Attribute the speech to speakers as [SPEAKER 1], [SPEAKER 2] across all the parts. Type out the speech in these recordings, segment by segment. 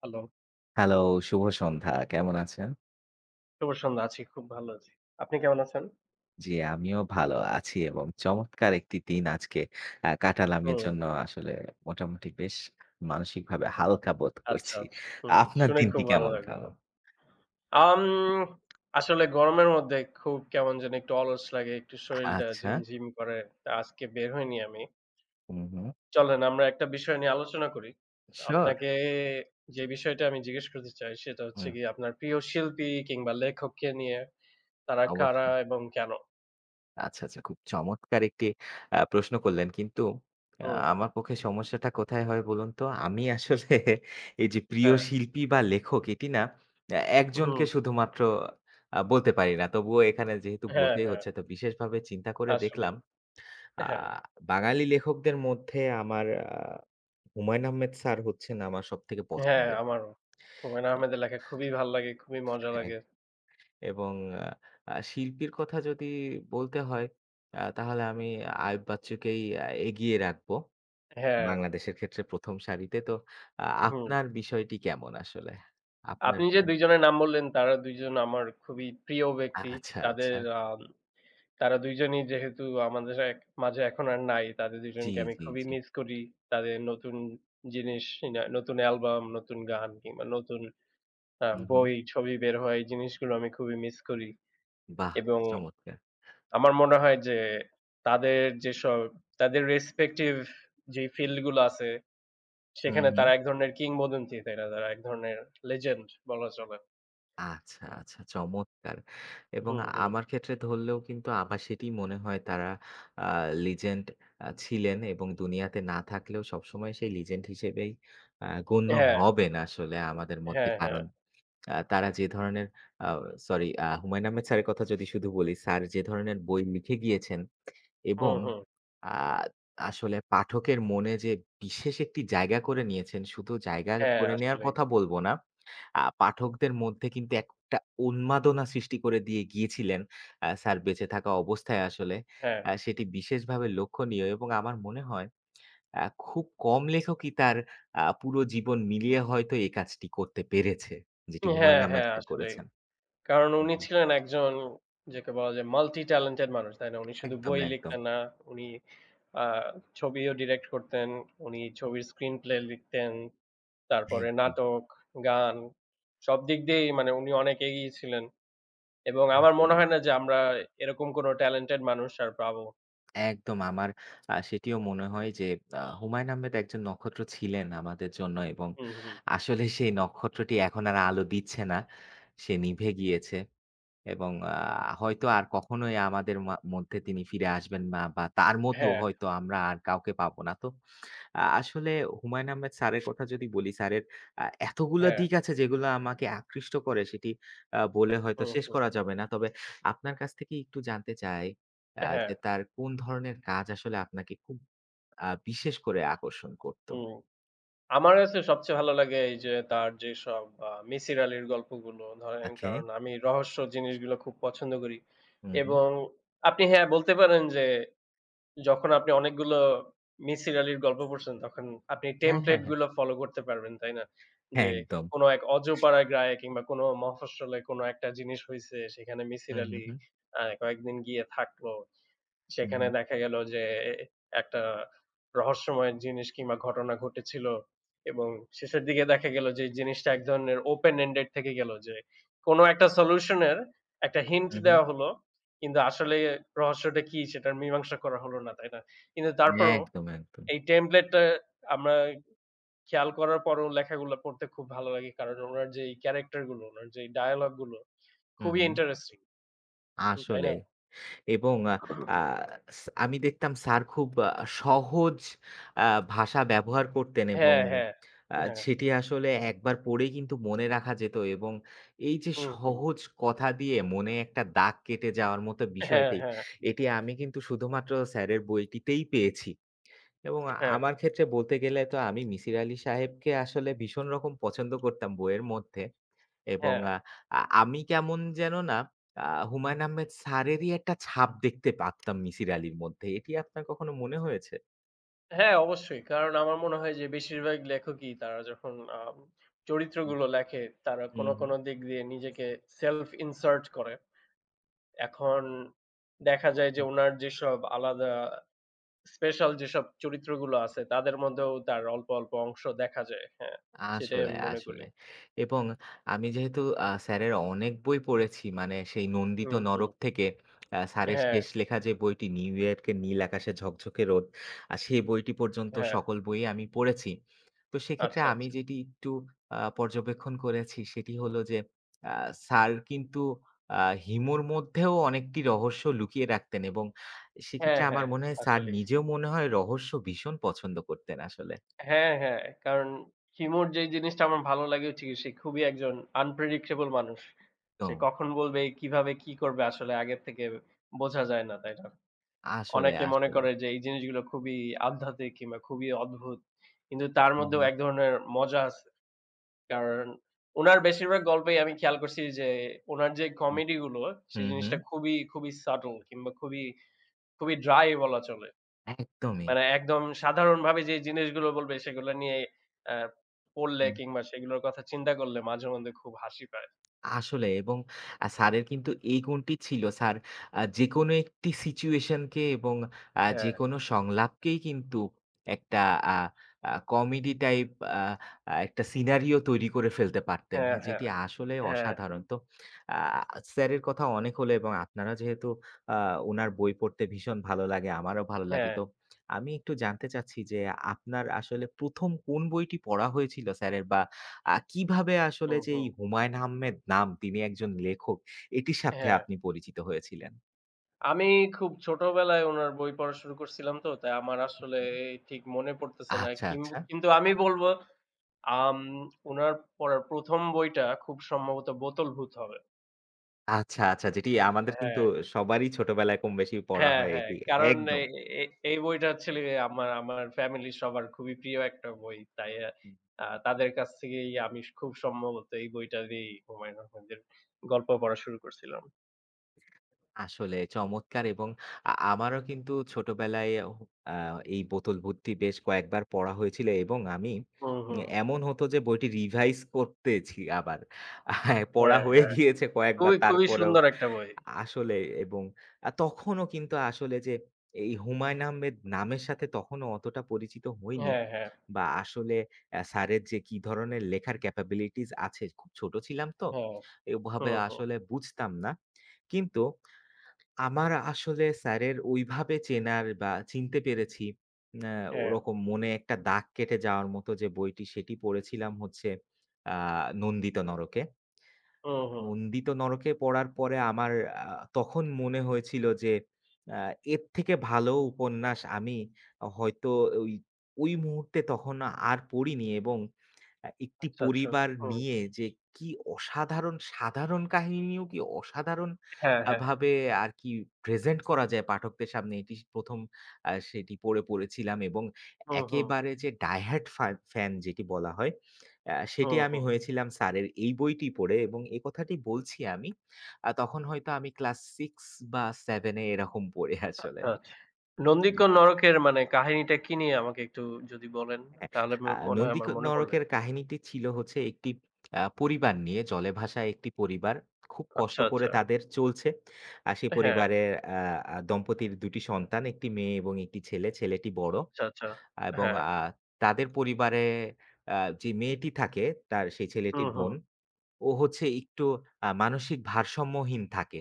[SPEAKER 1] Hello,
[SPEAKER 2] hello, শুভ সন্ধ্যা। কেমন আছেন?
[SPEAKER 1] শুভ সন্ধ্যা। আছি, খুব ভালো আছি। আপনি কেমন আছেন?
[SPEAKER 2] জি, আমিও ভালো আছি এবং চমৎকার একটি দিন আজকে কাটালাম।
[SPEAKER 1] হুম,
[SPEAKER 2] এজন্য আসলে মোটামুটি বেশ মানসিকভাবে হালকা বোধ
[SPEAKER 1] আচ্ছা,
[SPEAKER 2] করছি।
[SPEAKER 1] আচ্ছা। হুম,
[SPEAKER 2] আপনার
[SPEAKER 1] শুনে খুব
[SPEAKER 2] দিনটি
[SPEAKER 1] ভালো
[SPEAKER 2] কেমন
[SPEAKER 1] লাগলো।
[SPEAKER 2] গেল?
[SPEAKER 1] আম আসলে গরমের মধ্যে খুব কেমন যেন একটু অলস লাগে, একটু শরীলটা
[SPEAKER 2] আচ্ছা।
[SPEAKER 1] ঝিমঝিম করে। তা আজকে বের হইনি আমি।
[SPEAKER 2] হুম, হুম।
[SPEAKER 1] চলেন আমরা একটা বিষয় নিয়ে আলোচনা করি।
[SPEAKER 2] শিওর।
[SPEAKER 1] আপনাকে যে বিষয়টা আমি জিজ্ঞেস করতে চাই সেটা হচ্ছে
[SPEAKER 2] হুম,
[SPEAKER 1] গিয়ে আপনার প্রিয় শিল্পী কিংবা লেখককে নিয়ে তারা কারা
[SPEAKER 2] অবশ্যই।
[SPEAKER 1] এবং কেন?
[SPEAKER 2] আচ্ছা, আচ্ছা। খুব চমৎকার একটি প্রশ্ন করলেন। কিন্তু আ
[SPEAKER 1] হুম,
[SPEAKER 2] আমার পক্ষে সমস্যাটা কোথায় হয় বলুন তো? আমি আসলে এই যে প্রিয়
[SPEAKER 1] হ্যাঁ,
[SPEAKER 2] শিল্পী বা লেখক এটি না একজনকে
[SPEAKER 1] হুম,
[SPEAKER 2] শুধুমাত্র বলতে পারি না। তবুও এখানে যেহেতু
[SPEAKER 1] হ্যাঁ,
[SPEAKER 2] বলতেই
[SPEAKER 1] হ্যাঁ,
[SPEAKER 2] হচ্ছে তো বিশেষভাবে চিন্তা করে
[SPEAKER 1] আসলেই।
[SPEAKER 2] দেখলাম আ
[SPEAKER 1] হ্যাঁ।
[SPEAKER 2] বাঙালি লেখকদের মধ্যে আমার হুমায়ূন আহমেদ স্যার হচ্ছেন আমার সবথেকে
[SPEAKER 1] হ্যাঁ,
[SPEAKER 2] পছন্দের।
[SPEAKER 1] আমারও। হুমায়ূন আহমেদের লেখা খুবই ভাল লাগে, খুবই মজা লাগে।
[SPEAKER 2] এবং আ আ শিল্পীর কথা যদি বলতে হয় তাহলে আমি আইয়ুব বাচ্চুকেই এগিয়ে রাখবো।
[SPEAKER 1] হ্যাঁ,
[SPEAKER 2] বাংলাদেশের ক্ষেত্রে ১ম সারিতে। তো আ
[SPEAKER 1] হুম।
[SPEAKER 2] আপনার বিষয়টি কেমন আসলে? আপনার
[SPEAKER 1] আপনি যে ২ জনের নাম বললেন, তারা ২ জন আমার খুবই প্রিয় ব্যক্তি।
[SPEAKER 2] আচ্ছা,
[SPEAKER 1] তাদের
[SPEAKER 2] আচ্ছা।
[SPEAKER 1] আম তারা ২ জনই যেহেতু আমাদের এক মাঝে এখন আর নাই, তাদের ২
[SPEAKER 2] জি,
[SPEAKER 1] জনকে আমি
[SPEAKER 2] জি,
[SPEAKER 1] খুবই
[SPEAKER 2] জি।
[SPEAKER 1] মিস করি। তাদের নতুন জিনিস, না নতুন অ্যালবাম, নতুন গান কিংবা নতুন
[SPEAKER 2] হুম, হুম।
[SPEAKER 1] বই, ছবি বের হয়, এই জিনিসগুলো আমি খুবই মিস করি
[SPEAKER 2] বাহ!
[SPEAKER 1] এবং
[SPEAKER 2] চমৎকার।
[SPEAKER 1] আমার মনে হয় যে, তাদের যেসব তাদের respective যেই ফিল্ড গুলো আছে
[SPEAKER 2] হুম,
[SPEAKER 1] সেখানে
[SPEAKER 2] হুম।
[SPEAKER 1] তারা এক ধরনের কিংবদন্তি, তাই না? তারা এক ধরনের লেজেন্ড বলা চলে।
[SPEAKER 2] আচ্ছা, আচ্ছা, চমৎকার! এবং
[SPEAKER 1] হুম, হুম।
[SPEAKER 2] আমার ক্ষেত্রে ধরলেও কিন্তু আমার সেটিই মনে হয় তারা আ লিজেন্ড ছিলেন এবং দুনিয়াতে না থাকলেও সবসময় সেই লিজেন্ড হিসেবেই গণ্য
[SPEAKER 1] হ্যাঁ,
[SPEAKER 2] হবেন আসলে আমাদের মধ্যে।
[SPEAKER 1] হ্যাঁ, হ্যাঁ।
[SPEAKER 2] কারণ তারা যে ধরনের আ সরি, হুমায়ূন আহমেদ স্যারের কথা যদি শুধু বলি, স্যার যে ধরনের বই লিখে গিয়েছেন এবং
[SPEAKER 1] হুম, হুম।
[SPEAKER 2] আ আসলে পাঠকের মনে যে বিশেষ একটি জায়গা করে নিয়েছেন, শুধু জায়গা
[SPEAKER 1] হ্যাঁ,
[SPEAKER 2] করে নেওয়ার
[SPEAKER 1] আসলেই।
[SPEAKER 2] কথা বলব না। পাঠকদের মধ্যে কিন্তু একটা উন্মাদনা সৃষ্টি করে দিয়ে গিয়েছিলেন স্যার বেঁচে থাকা অবস্থায় আসলে।
[SPEAKER 1] হ্যাঁ।
[SPEAKER 2] সেটি বিশেষভাবে লক্ষণীয় এবং আমার মনে হয় খুব কম লেখকই তার পুরো জীবন মিলিয়ে হয়তো এই কাজটি করতে পেরেছে। যেটি
[SPEAKER 1] হ্যাঁ,
[SPEAKER 2] হুমায়ূন আহমেদ
[SPEAKER 1] হ্যাঁ,
[SPEAKER 2] স্যার
[SPEAKER 1] আসলেই।
[SPEAKER 2] করেছেন।
[SPEAKER 1] কারণ উনি
[SPEAKER 2] হুম,
[SPEAKER 1] ছিলেন একজন যাকে বলা যায় মাল্টি ট্যালেন্টেড মানুষ, তাই না? উনি শুধু
[SPEAKER 2] একদম,
[SPEAKER 1] বই
[SPEAKER 2] একদম,
[SPEAKER 1] লিখতেন না, উনি আ ছবিও ডিরেক্ট করতেন, উনি ছবির স্ক্রিনপ্লে লিখতেন, তারপরে
[SPEAKER 2] একদম।
[SPEAKER 1] নাটক, গান সব দিক দিয়েই মানে উনি অনেক এগিয়ে ছিলেন এবং আমার মনে
[SPEAKER 2] আসলে।
[SPEAKER 1] হয় না যে আমরা এরকম কোনো ট্যালেন্টেড মানুষ আর পাবো।
[SPEAKER 2] একদম আমার সেটিও মনে হয় যে হুমায়ূন আহমেদ একজন নক্ষত্র ছিলেন আমাদের জন্য এবং
[SPEAKER 1] হুম, হুম।
[SPEAKER 2] আসলে সেই নক্ষত্রটি এখন আর আলো দিচ্ছে না। সে নিভে গিয়েছে এবং হয়তো আর কখনোই আমাদের মধ্যে তিনি ফিরে আসবেন না বা তার মতো
[SPEAKER 1] হ্যাঁ,
[SPEAKER 2] হয়তো আমরা আর কাউকে পাবো না। তো আসলে হুমায়ূন আহমেদ স্যারের কথা যদি বলি, স্যারের এতগুলা
[SPEAKER 1] হ্যাঁ।
[SPEAKER 2] দিক আছে যেগুলো আমাকে আকৃষ্ট করে সেটি বলে হয়তো
[SPEAKER 1] হুম,
[SPEAKER 2] শেষ
[SPEAKER 1] হুম।
[SPEAKER 2] করা যাবে না। তবে আপনার কাছ থেকে একটু জানতে চাই
[SPEAKER 1] হ্যাঁ,
[SPEAKER 2] যে তার কোন ধরনের কাজ আসলে আপনাকে খুব বিশেষ করে আকর্ষণ করত?
[SPEAKER 1] হুম। আমার কাছে সবচেয়ে ভালো লাগে এই যে তার যেসব মিসির আলির গল্পগুলো ধরেন
[SPEAKER 2] ওকে।
[SPEAKER 1] কারণ আমি রহস্য জিনিসগুলো খুব পছন্দ করি।
[SPEAKER 2] হুম, হুম।
[SPEAKER 1] এবং আপনি হ্যাঁ, বলতে পারেন যে যখন আপনি অনেকগুলো মিসির আলির গল্প পড়ছেন তখন আপনি
[SPEAKER 2] হ্যাঁ,
[SPEAKER 1] টেমপ্লেট
[SPEAKER 2] হ্যাঁ, হ্যাঁ।
[SPEAKER 1] গুলো ফলো করতে পারবেন, তাই না? যে
[SPEAKER 2] হ্যাঁ, একদম।
[SPEAKER 1] কোনো এক অজপাড়া গাঁয়ে কিংবা কোনো মফস্বলে কোনো একটা জিনিস হইছে সেখানে মিসির
[SPEAKER 2] হুম, হুম,
[SPEAKER 1] আলি
[SPEAKER 2] হুম।
[SPEAKER 1] কয়েকদিন গিয়ে থাকলো।
[SPEAKER 2] হুম,
[SPEAKER 1] সেখানে
[SPEAKER 2] হুম।
[SPEAKER 1] দেখা গেল যে একটা রহস্যময় জিনিস কিংবা ঘটনা ঘটেছিল এবং শেষের দিকে দেখা গেল যে জিনিসটা এক ধরনের ওপেন এন্ডেড থেকে গেল যে কোন একটা সলিউশনের একটা হিন্ট
[SPEAKER 2] হুম, হুম।
[SPEAKER 1] দেওয়া হলো কিন্তু আসলে রহস্যটা কি সেটার মীমাংসা করা হলো না, তাই না? কিন্তু তারপরও
[SPEAKER 2] একদম, একদম।
[SPEAKER 1] এই টেমপ্লেটটা আমরা খেয়াল করার পরেও লেখাগুলো পড়তে খুব ভালো লাগে। কারণ উনার যেই ক্যারাক্টার গুলো, উনার যেই ডায়ালগ গুলো
[SPEAKER 2] হুম,
[SPEAKER 1] খুবই
[SPEAKER 2] হুম।
[SPEAKER 1] ইন্টারেস্টিং, তাই না?
[SPEAKER 2] আসলেই। এবং আ আ স আমি দেখতাম স্যার খুব সহজ আ ভাষা ব্যবহার করতেন এবং
[SPEAKER 1] হ্যাঁ, হ্যাঁ।
[SPEAKER 2] আ
[SPEAKER 1] হ্যাঁ।
[SPEAKER 2] সেটি আসলে একবার পড়েই কিন্তু মনে রাখা যেত এবং এই যে
[SPEAKER 1] হুম, হুম।
[SPEAKER 2] সহজ কথা দিয়ে মনে একটা দাগ কেটে যাওয়ার মতো
[SPEAKER 1] হ্যাঁ,
[SPEAKER 2] বিষয়টি,
[SPEAKER 1] হ্যাঁ।
[SPEAKER 2] এটি আমি কিন্তু শুধুমাত্র স্যারের বইটিতেই পেয়েছি। এবং
[SPEAKER 1] হ্যাঁ,
[SPEAKER 2] আমার ক্ষেত্রে বলতে গেলে তো আমি মিসির আলি সাহেবকে আসলে ভীষণ রকম পছন্দ করতাম বইয়ের মধ্যে। এবং
[SPEAKER 1] হ্যাঁ।
[SPEAKER 2] আ আ আমি কেমন যেন না আ হুমায়ূন আহমেদ স্যারেরই একটা ছাপ দেখতে পারতাম মিসির আলির মধ্যে। এটি আপনার কখনো মনে হয়েছে?
[SPEAKER 1] হ্যাঁ, অবশ্যই। কারণ আমার মনে হয় যে বেশিরভাগ লেখকই তারা যখন আম
[SPEAKER 2] হুম।
[SPEAKER 1] চরিত্রগুলো লেখে তারা কোন,
[SPEAKER 2] হুম,
[SPEAKER 1] কোন
[SPEAKER 2] হুম।
[SPEAKER 1] দিক দিয়ে নিজেকে self insert করে। এখন দেখা যায় যে উনার যেসব আলাদা স্পেশাল যেসব চরিত্রগুলো আছে তাদের মধ্যেও তার অল্প, অল্প অংশ দেখা যায়। হ্যাঁ, সেটাই
[SPEAKER 2] আসলে,
[SPEAKER 1] আমি মনে করি।
[SPEAKER 2] আসলে। এবং আমি যেহেতু স্যারের অনেক বই পড়েছি মানে সেই নন্দিত
[SPEAKER 1] হুম, হুম।
[SPEAKER 2] নরক থেকে স্যারের
[SPEAKER 1] হ্যাঁ,
[SPEAKER 2] শেষ লেখা যে বইটি 'নিউ ইয়র্কের নীল আকাশে ঝকঝকে রোদ' সেই বইটি পর্যন্ত
[SPEAKER 1] হ্যাঁ।
[SPEAKER 2] সকল বইই আমি পড়েছি। তো সেক্ষেত্রে
[SPEAKER 1] আচ্ছা,
[SPEAKER 2] আমি
[SPEAKER 1] আচ্ছা।
[SPEAKER 2] যেটি একটু পর্যবেক্ষণ করেছি সেটি হলো যে আ স্যার কিন্তু আ হিউমর মধ্যেও অনেকটি রহস্য লুকিয়ে রাখতেন এবং
[SPEAKER 1] হ্যাঁ,
[SPEAKER 2] সেক্ষেত্রে আমার
[SPEAKER 1] হ্যাঁ।
[SPEAKER 2] মনে হয় স্যার
[SPEAKER 1] আসলেই।
[SPEAKER 2] নিজেও মনে হয় রহস্য ভীষণ পছন্দ করতেন আসলে।
[SPEAKER 1] হ্যাঁ, হ্যাঁ। কারণ হিমুর যেই জিনিসটা আমার ভালো লাগে হচ্ছে গিয়ে সে খুবই একজন unpredictable মানুষ।
[SPEAKER 2] তো
[SPEAKER 1] সে কখন বলবে, কিভাবে কি করবে আসলে আগের থেকে বোঝা যায় না, তাই না?
[SPEAKER 2] আসলে,
[SPEAKER 1] অনেকে মনে
[SPEAKER 2] আসলে।
[SPEAKER 1] করে যে এই জিনিসগুলো খুবই আধ্যাত্মিক কিংবা খুবই অদ্ভুত। কিন্তু তার
[SPEAKER 2] হুম,
[SPEAKER 1] মধ্যেও
[SPEAKER 2] হুম,
[SPEAKER 1] এক ধরনের মজা আছে। কারণ উনার বেশিরভাগ গল্পেই আমি খেয়াল করছি যে উনার যে
[SPEAKER 2] হুম,
[SPEAKER 1] কমেডি গুলো, সেই
[SPEAKER 2] হুম, হুম,
[SPEAKER 1] জিনিসটা খুবই, খুবই subtle কিংবা খুবই, খুবই dry বলা চলে।
[SPEAKER 2] একদমই।
[SPEAKER 1] মানে একদম সাধারণভাবে যে জিনিসগুলো বলবে সেগুলো নিয়ে অ্যা পড়লে
[SPEAKER 2] হুম।
[SPEAKER 1] কিংবা সেগুলোর কথা চিন্তা করলে মাঝেমধ্যে খুব হাসি পায়।
[SPEAKER 2] আসলে এবং স্যারের কিন্তু এই গুণটি ছিল। স্যার যেকোনো একটি সিচুয়েশন কে এবং
[SPEAKER 1] হ্যাঁ,
[SPEAKER 2] যেকোনো সংলাপকেই কিন্তু একটা আ আ কমেডি টাইপ আ আ একটা সিনারিও তৈরি করে ফেলতে পারতেন।
[SPEAKER 1] হ্যাঁ,
[SPEAKER 2] হ্যাঁ,
[SPEAKER 1] হ্যাঁ,
[SPEAKER 2] যেটি আসলে
[SPEAKER 1] হ্যাঁ,
[SPEAKER 2] অসাধারণ। তো আ স্যারের কথা অনেক হলো এবং আপনারা যেহেতু আ উনার বই পড়তে ভীষণ ভালো লাগে, আমারও ভালো লাগে।
[SPEAKER 1] হ্যাঁ।
[SPEAKER 2] তো আমি একটু জানতে চাচ্ছি যে আপনার আসলে ১ম কোন বইটি পড়া হয়েছিল স্যারের বা কিভাবে আসলে
[SPEAKER 1] হুম,
[SPEAKER 2] যে
[SPEAKER 1] হুম।
[SPEAKER 2] এই হুমায়ূন আহমেদ নাম তিনি একজন লেখক, এটির সাথে
[SPEAKER 1] হ্যাঁ।
[SPEAKER 2] আপনি পরিচিত হয়েছিলেন?
[SPEAKER 1] আমি খুব ছোটবেলায় উনার বই পড়া শুরু করছিলাম তো, তাই আমার আসলে
[SPEAKER 2] হুম।
[SPEAKER 1] ঠিক মনে পড়তেছে না।
[SPEAKER 2] আচ্ছা, আচ্ছা।
[SPEAKER 1] কিন্তু আমি বলব আম উনার পড়ার ১ম বইটা খুব সম্ভবত 'বোতল ভূত' হবে।
[SPEAKER 2] আচ্ছা, আচ্ছা, যেটি আমাদের কিন্তু
[SPEAKER 1] হ্যাঁ।
[SPEAKER 2] সবারই ছোটবেলায় কমবেশি পড়া
[SPEAKER 1] হ্যাঁ,
[SPEAKER 2] হয়
[SPEAKER 1] হ্যাঁ।
[SPEAKER 2] এটি।
[SPEAKER 1] কারণ
[SPEAKER 2] একদম।
[SPEAKER 1] এই এ এই বইটা actually আমার আমার ফ্যামিলির সবার খুবই প্রিয় একটা বই। তাই তাদের কাছ থেকেই আমি খুব সম্ভবত এই বইটা দিয়েই হুমায়ূন আহমেদের গল্প পড়া শুরু করছিলাম।
[SPEAKER 2] আসলে চমৎকার এবং আমারও কিন্তু ছোটবেলায় হু আ এই 'বোতল ভর্তি' বেশ কয়েকবার পড়া হয়েছিল এবং আমি
[SPEAKER 1] হুম, হুম।
[SPEAKER 2] এমন হতো যে বইটি রিভাইজ করতেছি আবার। আহ, পড়া
[SPEAKER 1] হ্যাঁ,
[SPEAKER 2] হয়ে
[SPEAKER 1] হ্যাঁ।
[SPEAKER 2] গিয়েছে কয়েকবার
[SPEAKER 1] খুবই, খুবই
[SPEAKER 2] তারপরেও
[SPEAKER 1] সুন্দর একটা বই।
[SPEAKER 2] আসলে এবং তখনও কিন্তু আসলে যে এই হুমায়ূন আহমেদ নামের সাথে তখনও অতটা পরিচিত হইনি।
[SPEAKER 1] হ্যাঁ, হ্যাঁ,
[SPEAKER 2] বা আসলে স্যারের যে কি ধরনের লেখার ক্যাপাবিলিটিস আছে, খুব ছোট ছিলাম তো।
[SPEAKER 1] হ্যাঁ।
[SPEAKER 2] এভাবে
[SPEAKER 1] হুম, হুম।
[SPEAKER 2] আসলে বুঝতাম না। কিন্তু আমার আসলে স্যারের ওইভাবে চেনার বা চিনতে পেরেছি আ
[SPEAKER 1] হ্যাঁ।
[SPEAKER 2] ওরকম মনে একটা দাগ কেটে যাওয়ার মতো যে বইটি সেটি পড়েছিলাম হচ্ছে আ 'নন্দিত নরকে'।
[SPEAKER 1] হুম, হুম।
[SPEAKER 2] বন্দিত নরকে পড়ার পরে আমার তখন মনে হয়েছিল যে আ এর থেকে ভালো উপন্যাস আমি হয়তো ওই, ওই মুহূর্তে তখন আর পড়িনি এবং একটি
[SPEAKER 1] আচ্ছা, আচ্ছা।
[SPEAKER 2] পরিবার
[SPEAKER 1] হুম।
[SPEAKER 2] নিয়ে যে কি অসাধারণ, সাধারণ কাহিনীও কি অসাধারণ
[SPEAKER 1] হ্যাঁ, হ্যাঁ।
[SPEAKER 2] ভাবে আর কি প্রেজেন্ট করা যায় পাঠকদের সামনে এটি ১ম সেটি পড়ে পড়েছিলাম এবং
[SPEAKER 1] হুম, হুম।
[SPEAKER 2] একেবারে যে ডাই হার্ড ফ্যান যেটি বলা হয়, সেটি
[SPEAKER 1] হুম,
[SPEAKER 2] আমি
[SPEAKER 1] হুম।
[SPEAKER 2] হয়েছিলাম স্যারের এই বইটি পড়ে এবং এ কথাটি বলছি আমি। তখন হয়তো আমি ক্লাস 6 বা 7 এ এরকম পড়ি আসলে।
[SPEAKER 1] আচ্ছা, আচ্ছা।
[SPEAKER 2] জি।
[SPEAKER 1] 'নন্দীগ্রাম নরকের' মানে কাহিনীটা কি নিয়ে আমাকে একটু যদি বলেন তাহলে
[SPEAKER 2] আ
[SPEAKER 1] মনে হয়
[SPEAKER 2] নন্দিক
[SPEAKER 1] আমার মনে পড়বে।
[SPEAKER 2] নরকের কাহিনীটি ছিল হচ্ছে একটি পরিবার নিয়ে জলে ভাসা একটি পরিবার। খুব কষ্ট
[SPEAKER 1] আচ্ছা,
[SPEAKER 2] করে
[SPEAKER 1] আচ্ছা।
[SPEAKER 2] তাদের চলছে। আর সেই
[SPEAKER 1] হ্যাঁ,
[SPEAKER 2] পরিবারের আ আ দম্পতির ২ টি সন্তান, ১ টি মেয়ে এবং ১ টি ছেলে। ছেলেটি বড়
[SPEAKER 1] আচ্ছা, আচ্ছা।
[SPEAKER 2] এবং
[SPEAKER 1] হ্যাঁ।
[SPEAKER 2] তাদের পরিবারে আ যে মেয়েটি থাকে তার সেই
[SPEAKER 1] হুম,
[SPEAKER 2] ছেলেটির
[SPEAKER 1] হুম।
[SPEAKER 2] বোন, ও হচ্ছে একটু মানসিক ভারসাম্যহীন থাকে।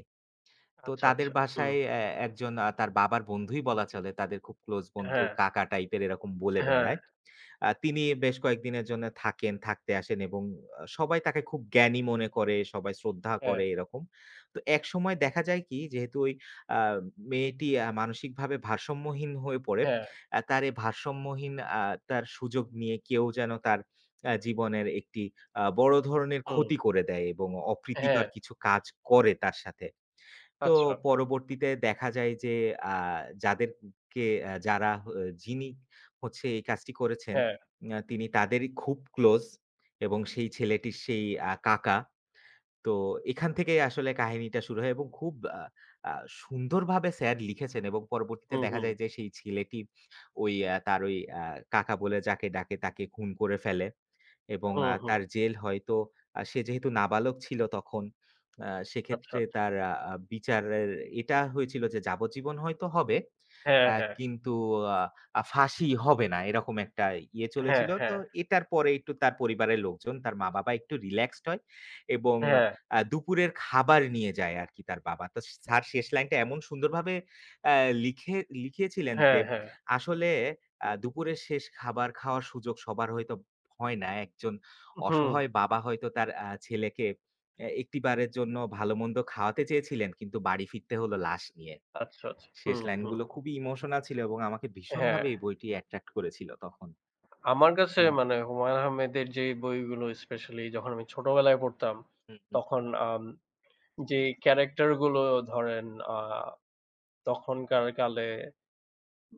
[SPEAKER 2] তো
[SPEAKER 1] আচ্ছা,
[SPEAKER 2] তাদের
[SPEAKER 1] আচ্ছা। হুম।
[SPEAKER 2] বাসায় একজন তার বাবার বন্ধুই বলা চলে। তাদের খুব ক্লোজ বন্ধু,
[SPEAKER 1] হ্যাঁ,
[SPEAKER 2] কাকা টাইপের এরকম বলে
[SPEAKER 1] হ্যাঁ,
[SPEAKER 2] বেড়ায়। তিনি বেশ কয়েকদিনের জন্য থাকেন, থাকতে আসেন এবং সবাই তাকে খুব জ্ঞানী মনে করে, সবাই শ্রদ্ধা
[SPEAKER 1] হ্যাঁ,
[SPEAKER 2] করে এরকম। তো একসময় দেখা যায় কি যেহেতু ওই আ মেয়েটি মানসিকভাবে ভারসাম্যহীন হয়ে পড়ে।
[SPEAKER 1] হ্যাঁ।
[SPEAKER 2] তার এই ভারসাম্যহীন তার সুযোগ নিয়ে কেউ যেন তার জীবনের একটি বড় ধরনের
[SPEAKER 1] হুম।
[SPEAKER 2] ক্ষতি করে দেয় এবং
[SPEAKER 1] হ্যাঁ।
[SPEAKER 2] অপ্রীতিকর কিছু কাজ করে তার সাথে। তো
[SPEAKER 1] আচ্ছা।
[SPEAKER 2] পরবর্তীতে দেখা যায় যে আ যাদেরকে আ যারা হ যিনি হচ্ছে এই কাজটি করেছেন,
[SPEAKER 1] হ্যাঁ।
[SPEAKER 2] তিনি তাদেরই খুব ক্লোজ এবং সেই ছেলেটির সেই কাকা। তো এখান থেকেই আসলে কাহিনীটা শুরু হয় এবং খুব আ আ সুন্দরভাবে স্যার লিখেছেন এবং পরবর্তীতে
[SPEAKER 1] হুম,
[SPEAKER 2] দেখা
[SPEAKER 1] হুম।
[SPEAKER 2] যায় যে সেই ছেলেটি ওই কাকা বলে যাকে ডাকে তাকে খুন করে ফেলে। এবং
[SPEAKER 1] হুম, হুম।
[SPEAKER 2] তার জেল হয়তো সে যেহেতু নাবালক ছিল তখন,
[SPEAKER 1] আচ্ছা।
[SPEAKER 2] সেক্ষেত্রে তার আ আ বিচারের এটা হয়েছিল যে যাবজ্জীবন হয়তো হবে।
[SPEAKER 1] হ্যাঁ,
[SPEAKER 2] আ
[SPEAKER 1] হ্যাঁ।
[SPEAKER 2] কিন্তু আ আ ফাঁসি হবে না এরকম একটা ইয়ে
[SPEAKER 1] হ্যাঁ,
[SPEAKER 2] চলেছিল।
[SPEAKER 1] হ্যাঁ।
[SPEAKER 2] তো এটার পরে একটু তার পরিবারের লোকজন, তার মা-বাবা একটু রিল্যাক্সড হয় এবং
[SPEAKER 1] হ্যাঁ,
[SPEAKER 2] দুপুরের খাবার নিয়ে যায় আরকি তার বাবা। তো স্যার শেষ লাইনটা এমন সুন্দরভাবে আ লিখে লিখিয়েছিলেন
[SPEAKER 1] হ্যাঁ,
[SPEAKER 2] যে,
[SPEAKER 1] হ্যাঁ।
[SPEAKER 2] আসলে দুপুরের শেষ খাবার খাওয়ার সুযোগ সবার হয়তো হয় না। একজন
[SPEAKER 1] হুম।
[SPEAKER 2] অসহায় বাবা হয়তো তার ছেলেকে একটিবারের জন্য ভালোমন্দ খাওয়াতে চেয়েছিলেন, কিন্তু বাড়ি ফিরতে হলো লাশ নিয়ে।
[SPEAKER 1] আচ্ছা, আচ্ছা।
[SPEAKER 2] শেষ
[SPEAKER 1] হুম, হুম।
[SPEAKER 2] লাইনগুলো খুবই ইমোশনাল ছিল এবং আমাকে
[SPEAKER 1] হ্যাঁ।
[SPEAKER 2] ভীষণভাবে এই বইটি অ্যাট্রাক্ট করেছিল তখন।
[SPEAKER 1] আমার কাছে
[SPEAKER 2] হ্যাঁ।
[SPEAKER 1] মানে হুমায়ূন আহমেদের যে বইগুলো স্পেশালি যখন আমি ছোটবেলায় পড়তাম,
[SPEAKER 2] হুম, হুম,
[SPEAKER 1] তখন যে ক্যারাক্টার গুলো ধরেন আ তখনকার কালে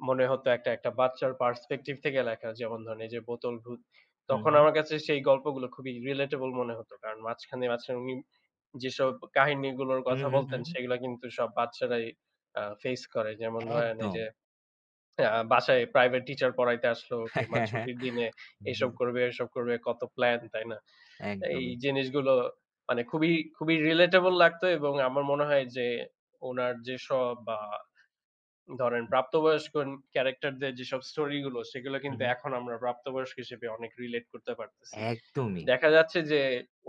[SPEAKER 1] মনে হতো একটা, একটা বাচ্চার পার্সপেক্টিভ থেকে লেখা। যেমন ধরেন এই যে 'বোতল ভূত'।
[SPEAKER 2] হুম,
[SPEAKER 1] তখন
[SPEAKER 2] হুম,
[SPEAKER 1] আমার কাছে সেই গল্পগুলো খুবই রিলেটেবল মনে হতো। কারণ মাঝখানে, মাঝখানে উনি যেসব কাহিনীগুলোর
[SPEAKER 2] হুম,
[SPEAKER 1] কথা
[SPEAKER 2] হুম,
[SPEAKER 1] বলতেন
[SPEAKER 2] হুম। হুম।
[SPEAKER 1] সেগুলা কিন্তু সব বাচ্চারাই ফেস করে। যেমন ধরেন এই
[SPEAKER 2] একদম।
[SPEAKER 1] যে বাসায় প্রাইভেট টিচার পড়াইতে আসলো
[SPEAKER 2] হ্যাঁ,
[SPEAKER 1] কিংবা
[SPEAKER 2] হ্যাঁ, হ্যাঁ।
[SPEAKER 1] ছুটির দিনে
[SPEAKER 2] হুম,
[SPEAKER 1] এসব
[SPEAKER 2] হুম,
[SPEAKER 1] করবে, এসব করবে কত প্লান, তাই না? এই
[SPEAKER 2] একদমই।
[SPEAKER 1] জিনিসগুলো মানে খুবই, খুবই রিলেটেবল লাগতো এবং আমার মনে হয় যে উনার যেসব ধরেন প্রাপ্তবয়স্ক ক্যারেক্টারদের যেসব স্টোরি গুলো সেগুলো
[SPEAKER 2] হুম,
[SPEAKER 1] কিন্তু
[SPEAKER 2] হুম।
[SPEAKER 1] এখন আমরা প্রাপ্তবয়স্ক হিসেবে অনেক রিলেট করতে পারতেছি।
[SPEAKER 2] একদমই।
[SPEAKER 1] দেখা যাচ্ছে যে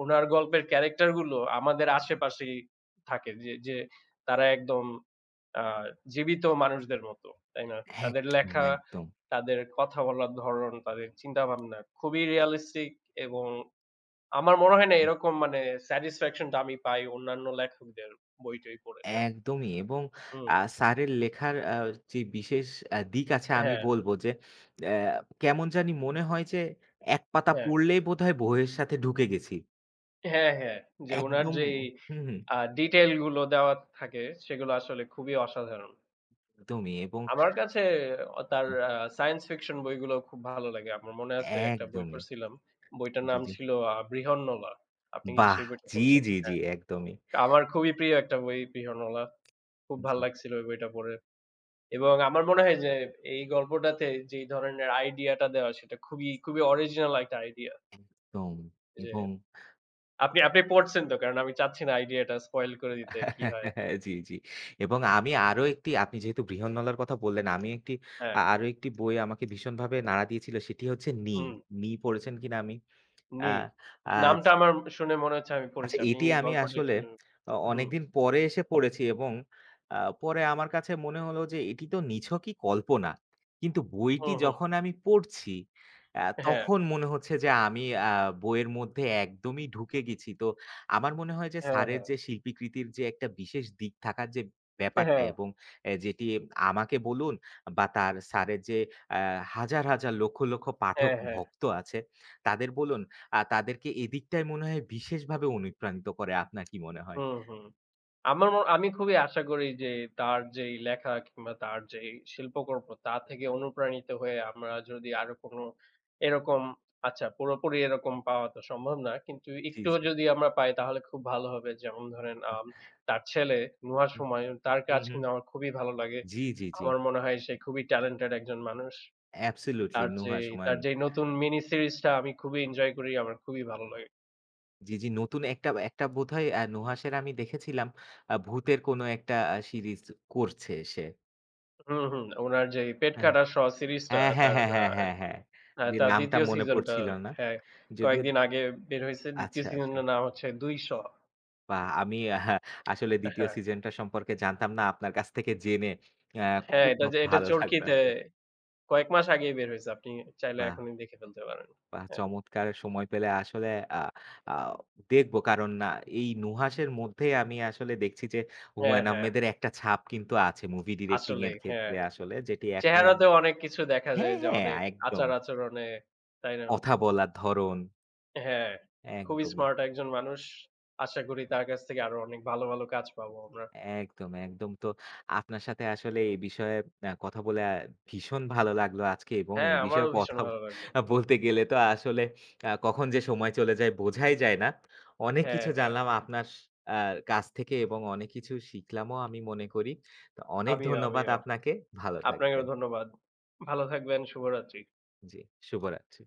[SPEAKER 1] উনার গল্পের ক্যারেক্টার গুলো আমাদের আশেপাশেই থাকে। যে তারা একদম আ জীবিত মানুষদের মতো, তাই না? তাদের
[SPEAKER 2] একদম,
[SPEAKER 1] লেখা,
[SPEAKER 2] একদম।
[SPEAKER 1] তাদের কথা বলার ধরন, তাদের চিন্তাভাবনা খুবই রিয়ালিস্টিক এবং আমার মনে হয় না এরকম মানে স্যাটিসফ্যাকশন টা আমি পাই অন্যান্য লেখকদের বই-টই পড়ে তেমন।
[SPEAKER 2] একদমই এবং
[SPEAKER 1] হুম।
[SPEAKER 2] আ স্যারের লেখার যে বিশেষ দিক আছে আমি
[SPEAKER 1] হ্যাঁ,
[SPEAKER 2] বলব যে অ্যা কেমন জানি মনে হয় যে এক পাতা
[SPEAKER 1] হ্যাঁ।
[SPEAKER 2] পড়লেই বোধহয় বইয়ের সাথে ঢুকে গেছি।
[SPEAKER 1] হ্যাঁ, হ্যাঁ। যে উনার
[SPEAKER 2] একদম,
[SPEAKER 1] যে এই
[SPEAKER 2] হুম, হুম,
[SPEAKER 1] ডিটেইল গুলো দেওয়া থাকে সেগুলো আসলে খুবই অসাধারণ।
[SPEAKER 2] একদমই এবং
[SPEAKER 1] আমার কাছে তার সায়েন্স ফিকশন বইগুলো খুব ভালো লাগে। আমার মনে আছে একটা বই
[SPEAKER 2] একদমই।
[SPEAKER 1] পড়ছিলাম। বইটার
[SPEAKER 2] জি,
[SPEAKER 1] নাম
[SPEAKER 2] জি।
[SPEAKER 1] ছিল 'বৃহন্নলা।' আপনি কি
[SPEAKER 2] বাহ!
[SPEAKER 1] সেই বইটা
[SPEAKER 2] জি,
[SPEAKER 1] পড়েছেন?
[SPEAKER 2] জি,
[SPEAKER 1] হ্যাঁ।
[SPEAKER 2] জি, একদমই।
[SPEAKER 1] আমার খুবই প্রিয় একটা বই 'বৃহন্নলা।' খুব ভাল
[SPEAKER 2] জি,
[SPEAKER 1] লাগছিল ওই বইটা পড়ে। এবং আমার মনে হয় যে এই গল্পটাতে যেই ধরনের আইডিয়াটা দেওয়া সেটা খুবই, খুবই অরিজিনাল একটা আইডিয়া।
[SPEAKER 2] একদম
[SPEAKER 1] যে
[SPEAKER 2] এবং
[SPEAKER 1] আপনি আপনি পড়ছেন তো কারণ আমি চাচ্ছি না আইডিয়াটা স্পয়েল করে দিতে কি হয়।
[SPEAKER 2] জি, জি এবং আমি আরো একটি আপনি যেহেতু বৃহন্নলার কথা বললেন, আমি একটি
[SPEAKER 1] হ্যাঁ,
[SPEAKER 2] আরো একটি বই আমাকে ভীষণভাবে নাড়া দিয়েছিল সেটি হচ্ছে 'নি।'
[SPEAKER 1] হুম,
[SPEAKER 2] 'নি' পড়েছেন কিনা আমি আ
[SPEAKER 1] 'নীর'।
[SPEAKER 2] আজ
[SPEAKER 1] নামটা আমার শুনে মনে হচ্ছে আমি
[SPEAKER 2] আচ্ছা,
[SPEAKER 1] পড়েছি। আপনি
[SPEAKER 2] এটি
[SPEAKER 1] এই
[SPEAKER 2] আমি
[SPEAKER 1] গল্পটা একটু
[SPEAKER 2] আসলে
[SPEAKER 1] হুম,
[SPEAKER 2] অনেকদিন পরে এসে পড়েছি এবং আ পরে আমার কাছে মনে হলো যে এটি তো নিছকই কল্পনা। কিন্তু বইটি
[SPEAKER 1] হুম, হুম।
[SPEAKER 2] যখন আমি পড়ছি
[SPEAKER 1] হ্যাঁ,
[SPEAKER 2] তখন মনে হচ্ছে যে আমি বইয়ের মধ্যে একদমই ঢুকে গেছি। তো আমার মনে হয় যে
[SPEAKER 1] হ্যাঁ,
[SPEAKER 2] স্যারের
[SPEAKER 1] হ্যাঁ।
[SPEAKER 2] যে শিল্পীকৃতির যে একটা বিশেষ দিক থাকার যে ব্যাপারটা
[SPEAKER 1] হ্যাঁ,
[SPEAKER 2] এবং এ যেটি আমাকে বলুন বা তার স্যারের যে আ হাজার, হাজার লক্ষ, লক্ষ পাঠক
[SPEAKER 1] হ্যাঁ, হ্যাঁ।
[SPEAKER 2] ভক্ত আছে তাদের বলুন তাদেরকে এদিকটায় মনে হয় বিশেষভাবে অনুপ্রাণিত করে। আপনার কি মনে হয়?
[SPEAKER 1] হুম, হুম। আমার আমি খুবই আশা করি যে তার যেই লেখা কিংবা তার যেই শিল্পকর্ম তা
[SPEAKER 2] হুম,
[SPEAKER 1] থেকে
[SPEAKER 2] হুম।
[SPEAKER 1] অনুপ্রাণিত হয়ে আমরা যদি আরো কোনো এরকম আচ্ছা পুরোপুরি এরকম পাওয়া তো সম্ভব না। কিন্তু
[SPEAKER 2] জি,
[SPEAKER 1] একটুও
[SPEAKER 2] জি।
[SPEAKER 1] যদি আমরা পাই তাহলে খুব ভালো হবে। যেমন ধরেন তার ছেলে নুহাশ হুমায়ুন তার কাজ
[SPEAKER 2] হুম, হুম।
[SPEAKER 1] কিন্তু আমার খুবই ভালো লাগে।
[SPEAKER 2] জি, জি, জি।
[SPEAKER 1] আমার মনে হয় সে খুবই ট্যালেন্টেড একজন মানুষ।
[SPEAKER 2] অ্যাবসোলিউটলি
[SPEAKER 1] তার যে
[SPEAKER 2] নুহা সুমন।
[SPEAKER 1] তার যেই নতুন মিনি সিরিজটা আমি খুবই এনজয় করি। আমার খুবই ভালো লাগে।
[SPEAKER 2] জি, জি, নতুন একটা একটা বোধহয় নুহাশের আমি দেখেছিলাম ভূতের কোনো একটা সিরিজ করছে সে।
[SPEAKER 1] হুম, হুম। উনার যেই
[SPEAKER 2] হ্যাঁ।
[SPEAKER 1] পেটকাটা শ সিরিজটা
[SPEAKER 2] হ্যাঁ, হ্যাঁ,
[SPEAKER 1] তার
[SPEAKER 2] হ্যাঁ, হ্যাঁ, হ্যাঁ, হ্যাঁ।
[SPEAKER 1] হ্যাঁ,
[SPEAKER 2] যে
[SPEAKER 1] তার
[SPEAKER 2] নামটা
[SPEAKER 1] ২য়
[SPEAKER 2] মনে
[SPEAKER 1] সিজনটা
[SPEAKER 2] পড়ছিল না।
[SPEAKER 1] হ্যাঁ,
[SPEAKER 2] যদিও
[SPEAKER 1] কয়েকদিন আগে বের হইছে। ২য়
[SPEAKER 2] আচ্ছা, আচ্ছা।
[SPEAKER 1] সিজনের নাম হচ্ছে ২০০
[SPEAKER 2] বাহ! আমি আসলে ২য়
[SPEAKER 1] হ্যাঁ,
[SPEAKER 2] সিজনটা সম্পর্কে জানতাম না। আপনার কাছ থেকে জেনে অ্যা
[SPEAKER 1] হ্যাঁ,
[SPEAKER 2] খুব
[SPEAKER 1] এটা যে এটা
[SPEAKER 2] ভালো লাগলো
[SPEAKER 1] চরকিতে
[SPEAKER 2] আসলে।
[SPEAKER 1] কয়েক মাস আগেই বের হইছে। আপনি চাইলে
[SPEAKER 2] বাহ!
[SPEAKER 1] এখনই দেখে ফেলতে পারেন।
[SPEAKER 2] বাহ!
[SPEAKER 1] হ্যাঁ,
[SPEAKER 2] চমৎকার, সময় পেলে আসলে আ আ দেখব। কারণ না এই নুহাসের মধ্যেই আমি আসলে দেখছি যে
[SPEAKER 1] হ্যাঁ,
[SPEAKER 2] হুমায়ূন
[SPEAKER 1] হ্যাঁ,
[SPEAKER 2] আহমেদের একটা ছাপ কিন্তু আছে মুভি ডিরেক্টিং
[SPEAKER 1] আসলেই
[SPEAKER 2] এর
[SPEAKER 1] হ্যাঁ।
[SPEAKER 2] ক্ষেত্রে আসলে যেটি এখন আর
[SPEAKER 1] চেহারাতেও অনেক কিছু দেখা যায়
[SPEAKER 2] হ্যাঁ,
[SPEAKER 1] যে
[SPEAKER 2] হ্যাঁ,
[SPEAKER 1] অনেক
[SPEAKER 2] একদম।
[SPEAKER 1] আচার-আচরণে, তাই না?
[SPEAKER 2] কথা বলার ধরন,
[SPEAKER 1] হ্যাঁ, খুবই
[SPEAKER 2] একদমই।
[SPEAKER 1] স্মার্ট একজন মানুষ। আশা করি তার কাছ থেকে আরো অনেক ভালো, ভালো কাজ পাবো আমরা।
[SPEAKER 2] একদম, একদম। তো আপনার সাথে আসলে এই বিষয়ে কথা বলে ভীষণ ভালো লাগলো আজকে এবং
[SPEAKER 1] হ্যাঁ,
[SPEAKER 2] এই বিষয়ে
[SPEAKER 1] আমারও ভীষণ
[SPEAKER 2] কথা
[SPEAKER 1] ভালো লাগলো।
[SPEAKER 2] বলতে গেলে তো আসলে কখন যে সময় চলে যায় বোঝাই যায় না। অনেক
[SPEAKER 1] হ্যাঁ,
[SPEAKER 2] কিছু
[SPEAKER 1] হ্যাঁ,
[SPEAKER 2] জানলাম আপনার আ কাছ থেকে এবং অনেক কিছু শিখলামও আমি মনে করি। তো অনেক
[SPEAKER 1] আমিও,
[SPEAKER 2] ধন্যবাদ
[SPEAKER 1] আমিও।
[SPEAKER 2] আপনাকে। ভালো
[SPEAKER 1] আপনাকেও
[SPEAKER 2] থাকবেন।
[SPEAKER 1] ধন্যবাদ। ভালো থাকবেন, শুভরাত্রি।
[SPEAKER 2] জি, শুভরাত্রি।